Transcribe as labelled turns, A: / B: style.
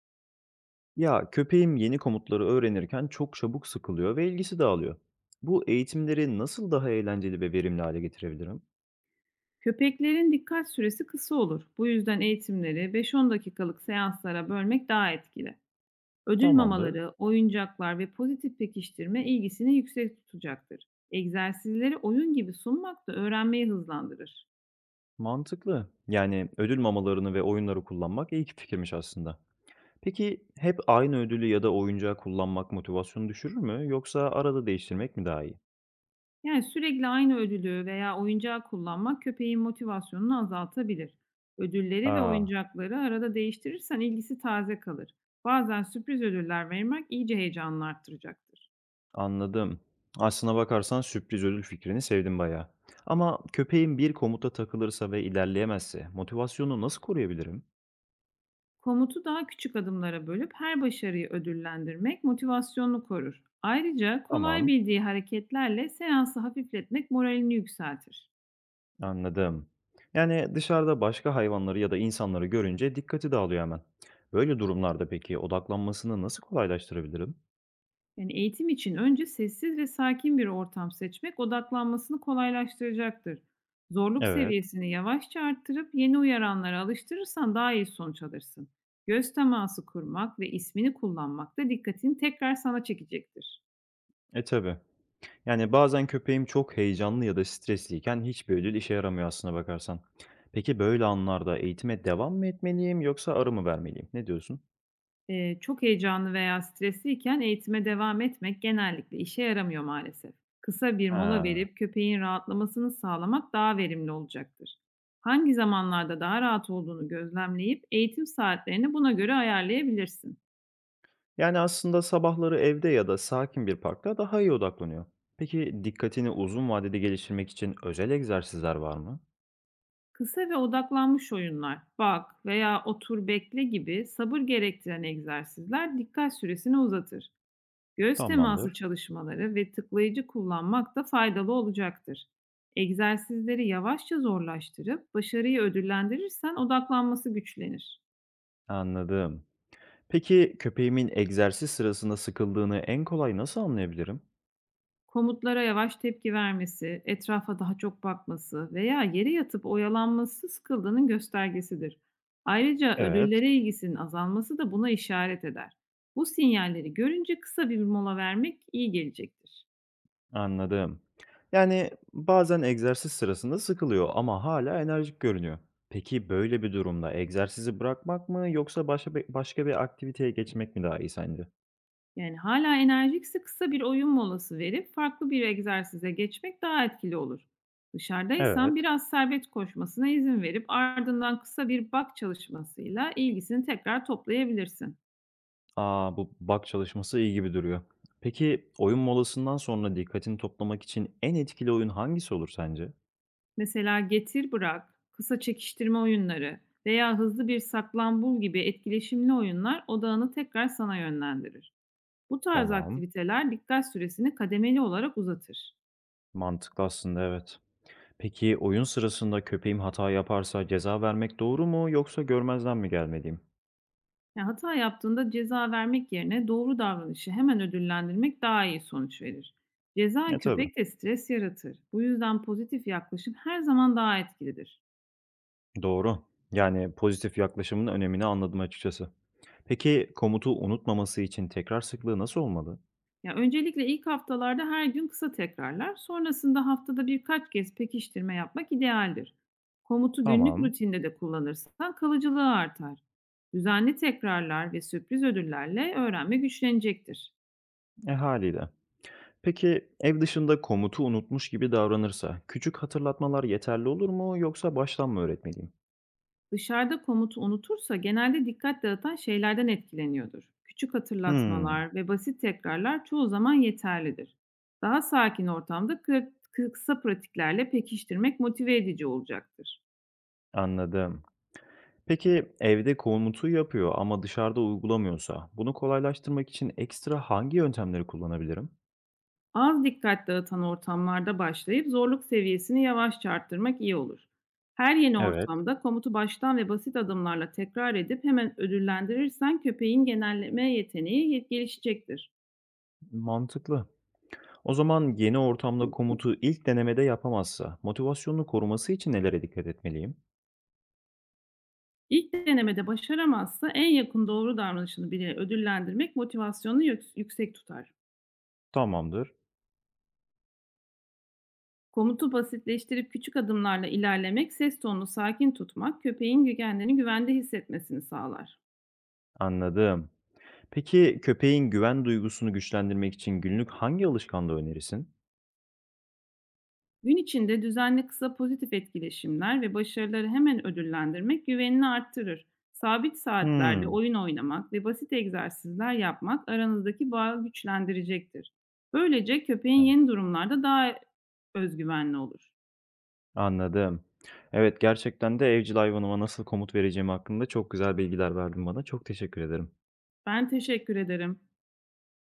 A: Ya köpeğim yeni komutları öğrenirken çok çabuk sıkılıyor ve ilgisi dağılıyor. Bu eğitimleri nasıl daha eğlenceli ve verimli hale getirebilirim?
B: Köpeklerin dikkat süresi kısa olur. Bu yüzden eğitimleri 5-10 dakikalık seanslara bölmek daha etkili. Ödül
A: Tamamdır.
B: mamaları, oyuncaklar ve pozitif pekiştirme ilgisini yüksek tutacaktır. Egzersizleri oyun gibi sunmak da öğrenmeyi hızlandırır.
A: Mantıklı. Yani ödül mamalarını ve oyunları kullanmak iyi ki fikirmiş aslında. Peki hep aynı ödülü ya da oyuncağı kullanmak motivasyonu düşürür mü yoksa arada değiştirmek mi daha iyi?
B: Yani sürekli aynı ödülü veya oyuncağı kullanmak köpeğin motivasyonunu azaltabilir. Ödülleri ve
A: Aa,
B: oyuncakları arada değiştirirsen ilgisi taze kalır. Bazen sürpriz ödüller vermek iyice heyecanını arttıracaktır.
A: anladım. Aslına bakarsan sürpriz ödül fikrini sevdim bayağı. Ama köpeğim bir komuta takılırsa ve ilerleyemezse motivasyonu nasıl koruyabilirim?
B: Komutu daha küçük adımlara bölüp her başarıyı ödüllendirmek motivasyonunu korur. Ayrıca kolay
A: Tamam.
B: bildiği hareketlerle seansı hafifletmek moralini yükseltir.
A: Anladım. Yani dışarıda başka hayvanları ya da insanları görünce dikkati dağılıyor hemen. Böyle durumlarda peki odaklanmasını nasıl kolaylaştırabilirim?
B: Yani eğitim için önce sessiz ve sakin bir ortam seçmek odaklanmasını kolaylaştıracaktır. Zorluk
A: Evet.
B: seviyesini yavaşça arttırıp yeni uyaranlara alıştırırsan daha iyi sonuç alırsın. Göz teması kurmak ve ismini kullanmak da dikkatini tekrar sana çekecektir.
A: E tabii. Yani bazen köpeğim çok heyecanlı ya da stresliyken hiçbir ödül işe yaramıyor aslına bakarsan. Peki böyle anlarda eğitime devam mı etmeliyim yoksa ara mı vermeliyim? Ne diyorsun?
B: Çok heyecanlı veya stresliyken eğitime devam etmek genellikle işe yaramıyor maalesef. Kısa bir mola
A: Ha.
B: verip köpeğin rahatlamasını sağlamak daha verimli olacaktır. Hangi zamanlarda daha rahat olduğunu gözlemleyip eğitim saatlerini buna göre ayarlayabilirsin.
A: Yani aslında sabahları evde ya da sakin bir parkta daha iyi odaklanıyor. Peki dikkatini uzun vadede geliştirmek için özel egzersizler var mı?
B: Kısa ve odaklanmış oyunlar, bak veya otur bekle gibi sabır gerektiren egzersizler dikkat süresini uzatır. Göz teması
A: Tamamdır.
B: çalışmaları ve tıklayıcı kullanmak da faydalı olacaktır. Egzersizleri yavaşça zorlaştırıp başarıyı ödüllendirirsen odaklanması güçlenir.
A: Anladım. Peki köpeğimin egzersiz sırasında sıkıldığını en kolay nasıl anlayabilirim?
B: Komutlara yavaş tepki vermesi, etrafa daha çok bakması veya yere yatıp oyalanması sıkıldığının göstergesidir. Ayrıca
A: Evet,
B: ödüllere ilgisinin azalması da buna işaret eder. Bu sinyalleri görünce kısa bir mola vermek iyi gelecektir.
A: anladım. Yani bazen egzersiz sırasında sıkılıyor ama hala enerjik görünüyor. Peki böyle bir durumda egzersizi bırakmak mı yoksa başka bir aktiviteye geçmek mi daha iyi sence?
B: Yani hala enerjikse kısa bir oyun molası verip farklı bir egzersize geçmek daha etkili olur. Dışarıdaysan
A: Evet.
B: biraz serbest koşmasına izin verip ardından kısa bir bak çalışmasıyla ilgisini tekrar toplayabilirsin.
A: Aa, bu bak çalışması iyi gibi duruyor. Peki oyun molasından sonra dikkatini toplamak için en etkili oyun hangisi olur sence?
B: Mesela getir bırak, kısa çekiştirme oyunları veya hızlı bir saklambaç gibi etkileşimli oyunlar odağını tekrar sana yönlendirir. Bu tarz
A: Tamam.
B: aktiviteler dikkat süresini kademeli olarak uzatır.
A: Mantıklı aslında, evet. Peki oyun sırasında köpeğim hata yaparsa ceza vermek doğru mu yoksa görmezden mi gelmeliyim?
B: Ya, hata yaptığında ceza vermek yerine doğru davranışı hemen ödüllendirmek daha iyi sonuç verir. Ceza
A: E tabii,
B: köpekte stres yaratır. Bu yüzden pozitif yaklaşım her zaman daha etkilidir.
A: doğru. Yani pozitif yaklaşımın önemini anladım açıkçası. Peki komutu unutmaması için tekrar sıklığı nasıl olmalı?
B: Ya öncelikle ilk haftalarda her gün kısa tekrarlar, sonrasında haftada birkaç kez pekiştirme yapmak idealdir. Komutu günlük
A: Tamam,
B: rutinde de kullanırsan kalıcılığı artar. Düzenli tekrarlar ve sürpriz ödüllerle öğrenme güçlenecektir.
A: e haliyle. Peki ev dışında komutu unutmuş gibi davranırsa küçük hatırlatmalar yeterli olur mu yoksa baştan mı öğretmeliyim?
B: Dışarıda komutu unutursa genelde dikkat dağıtan şeylerden etkileniyordur. Küçük
A: Hmm,
B: hatırlatmalar ve basit tekrarlar çoğu zaman yeterlidir. Daha sakin ortamda kısa pratiklerle pekiştirmek motive edici olacaktır.
A: anladım. Peki evde komutu yapıyor ama dışarıda uygulamıyorsa, bunu kolaylaştırmak için ekstra hangi yöntemleri kullanabilirim?
B: Az dikkat dağıtan ortamlarda başlayıp zorluk seviyesini yavaşça arttırmak iyi olur. Her yeni
A: Evet,
B: ortamda komutu baştan ve basit adımlarla tekrar edip hemen ödüllendirirsen köpeğin genelleme yeteneği gelişecektir.
A: mantıklı. O zaman yeni ortamda komutu ilk denemede yapamazsa, motivasyonunu koruması için nelere dikkat etmeliyim?
B: İlk denemede başaramazsa en yakın doğru davranışını bile ödüllendirmek motivasyonunu yüksek tutar.
A: Tamamdır.
B: Komutu basitleştirip küçük adımlarla ilerlemek, ses tonunu sakin tutmak köpeğin kendini güvende hissetmesini sağlar.
A: Anladım. Peki köpeğin güven duygusunu güçlendirmek için günlük hangi alışkanlığı önerirsin?
B: Gün içinde düzenli kısa pozitif etkileşimler ve başarıları hemen ödüllendirmek güvenini arttırır. Sabit saatlerde
A: Hmm,
B: oyun oynamak ve basit egzersizler yapmak aranızdaki bağı güçlendirecektir. Böylece köpeğin
A: yani
B: yeni durumlarda daha özgüvenli olur.
A: anladım. Evet, gerçekten de evcil hayvanıma nasıl komut vereceğim hakkında çok güzel bilgiler verdin bana. Çok teşekkür ederim.
B: Ben teşekkür ederim.